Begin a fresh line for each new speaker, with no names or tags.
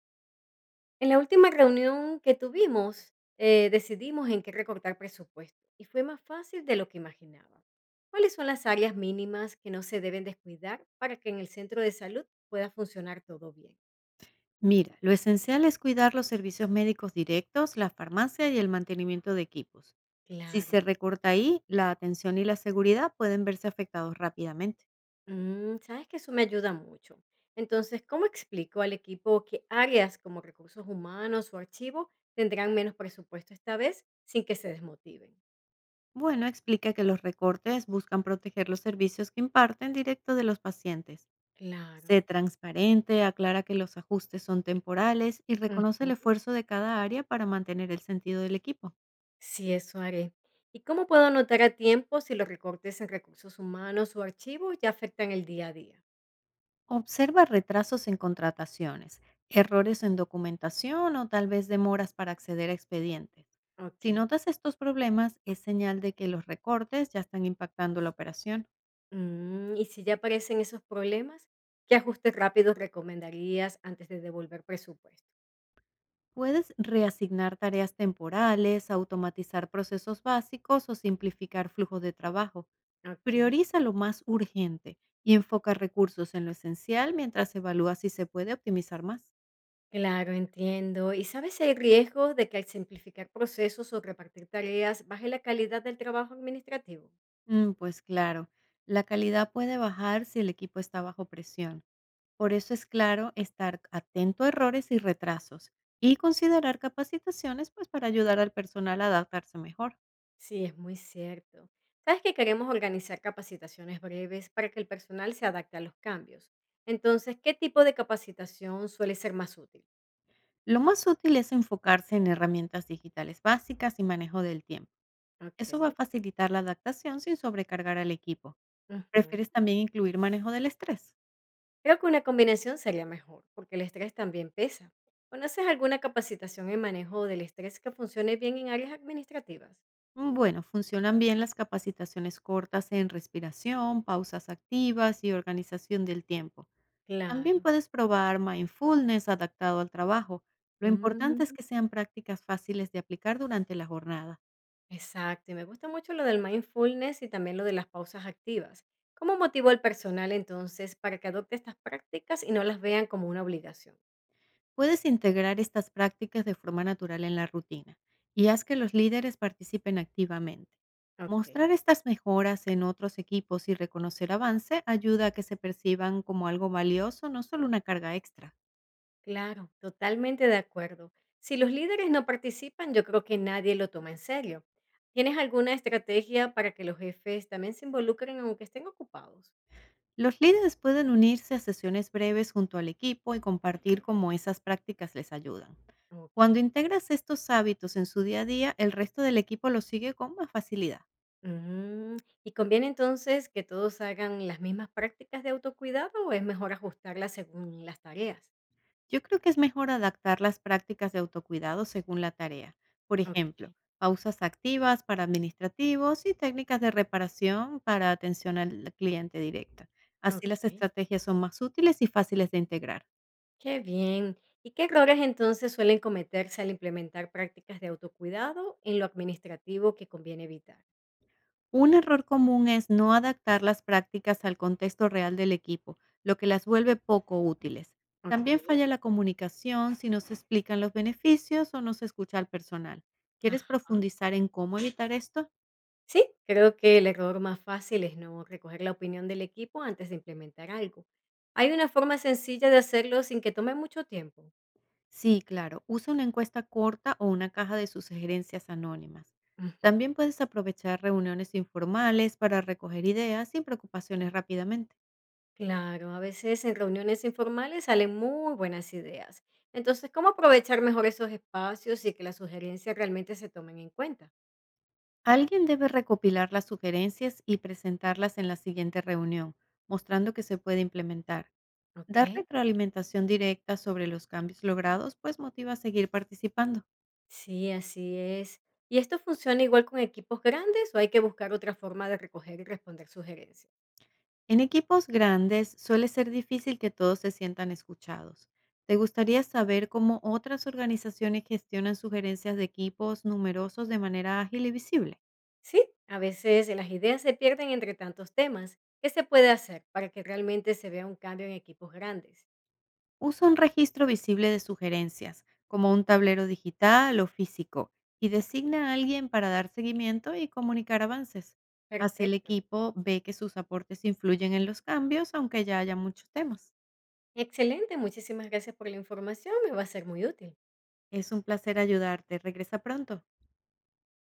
En la última reunión que tuvimos, decidimos en qué recortar presupuesto y fue más fácil de lo que imaginaba. ¿Cuáles son las áreas mínimas que no se deben descuidar para que en el centro de salud pueda funcionar todo bien?
Mira, lo esencial es cuidar los servicios médicos directos, la farmacia y el mantenimiento de equipos. Si se
Claro.
recorta ahí, la atención y la seguridad pueden verse afectados rápidamente.
Mm, sabes que eso me ayuda mucho. Entonces, ¿cómo explico al equipo qué áreas como recursos humanos o archivo tendrán menos presupuesto esta vez sin que se desmotiven?
Bueno, explica que los recortes buscan proteger los servicios que imparten directo de los pacientes.
Claro.
Sé transparente, aclara que los ajustes son temporales y reconoce el
Ujú.
esfuerzo de cada área para mantener el sentido del equipo.
Sí, eso haré. ¿Y cómo puedo anotar a tiempo si los recortes en recursos humanos o archivos ya afectan el día a día?
Observa retrasos en contrataciones, errores en documentación o tal vez demoras para acceder a expedientes.
Ok.
Si notas estos problemas, es señal de que los recortes ya están impactando la operación.
Mm, y si ya aparecen esos problemas, ¿qué ajustes rápidos recomendarías antes de devolver presupuesto?
Puedes reasignar tareas temporales, automatizar procesos básicos o simplificar flujos de trabajo.
Ok.
Prioriza lo más urgente y enfoca recursos en lo esencial mientras evalúa si se puede optimizar más.
Claro, entiendo. ¿Y sabes si hay riesgos de que al simplificar procesos o repartir tareas baje la calidad del trabajo administrativo?
Mm, pues claro, la calidad puede bajar si el equipo está bajo presión. Por eso es claro estar atento a errores y retrasos y considerar capacitaciones pues para ayudar al personal a adaptarse mejor.
Sí, es muy cierto. Sabes que queremos organizar capacitaciones breves para que el personal se adapte a los cambios. Entonces, ¿qué tipo de capacitación suele ser más útil?
Lo más útil es enfocarse en herramientas digitales básicas y manejo del tiempo.
Ok.
Eso va a facilitar la adaptación sin sobrecargar al equipo.
Ujú.
¿Prefieres también incluir manejo del estrés?
Creo que una combinación sería mejor, porque el estrés también pesa. ¿Conoces alguna capacitación en manejo del estrés que funcione bien en áreas administrativas?
Mm, bueno, funcionan bien las capacitaciones cortas en respiración, pausas activas y organización del tiempo. También
Claro.
puedes probar mindfulness adaptado al trabajo. Lo importante es que sean prácticas fáciles de aplicar durante la jornada.
Exacto, y me gusta mucho lo del mindfulness y también lo de las pausas activas. ¿Cómo motivo al personal entonces para que adopte estas prácticas y no las vean como una obligación?
Puedes integrar estas prácticas de forma natural en la rutina y haz que los líderes participen activamente.
Ok,
Mostrar estas mejoras en otros equipos y reconocer avance ayuda a que se perciban como algo valioso, no solo una carga extra.
claro, totalmente de acuerdo. Si los líderes no participan, yo creo que nadie lo toma en serio. ¿Tienes alguna estrategia para que los jefes también se involucren aunque estén ocupados?
Los líderes pueden unirse a sesiones breves junto al equipo y compartir cómo esas prácticas les ayudan.
Ok.
Cuando integras estos hábitos en su día a día, el resto del equipo los sigue con más facilidad.
Mm. ¿Y conviene entonces que todos hagan las mismas prácticas de autocuidado o es mejor ajustarlas según las tareas?
Yo creo que es mejor adaptar las prácticas de autocuidado según la tarea. Por ejemplo,
Ok.
pausas activas para administrativos y técnicas de reparación para atención al cliente directa. Así las
Okey,
estrategias son más útiles y fáciles de integrar.
qué bien. ¿Y qué errores entonces suelen cometerse al implementar prácticas de autocuidado en lo administrativo que conviene evitar?
Un error común es no adaptar las prácticas al contexto real del equipo, lo que las vuelve poco útiles. También
Okey.
falla la comunicación si no se explican los beneficios o no se escucha al personal. ¿Quieres
Ajá.
profundizar en cómo evitar esto?
Sí, creo que el error más fácil es no recoger la opinión del equipo antes de implementar algo. ¿Hay una forma sencilla de hacerlo sin que tome mucho tiempo?
Sí, claro. Usa una encuesta corta o una caja de sus sugerencias anónimas.
Ujú.
También puedes aprovechar reuniones informales para recoger ideas sin preocupaciones rápidamente.
Claro, a veces en reuniones informales salen muy buenas ideas. Entonces, ¿cómo aprovechar mejor esos espacios y que las sugerencias realmente se tomen en cuenta?
Alguien debe recopilar las sugerencias y presentarlas en la siguiente reunión, mostrando que se puede implementar. Dar
Okey.
retroalimentación directa sobre los cambios logrados pues motiva a seguir participando.
Sí, así es. ¿Y esto funciona igual con equipos grandes o hay que buscar otra forma de recoger y responder sugerencias?
En equipos grandes suele ser difícil que todos se sientan escuchados. ¿Te gustaría saber cómo otras organizaciones gestionan sugerencias de equipos numerosos de manera ágil y visible?
Sí, a veces las ideas se pierden entre tantos temas. ¿Qué se puede hacer para que realmente se vea un cambio en equipos grandes?
Usa un registro visible de sugerencias, como un tablero digital o físico, y designa a alguien para dar seguimiento y comunicar avances. Así el
Perfecto.
equipo ve que sus aportes influyen en los cambios, aunque ya haya muchos temas.
Excelente, muchísimas gracias por la información, me va a ser muy útil.
Es un placer ayudarte. Regresa pronto.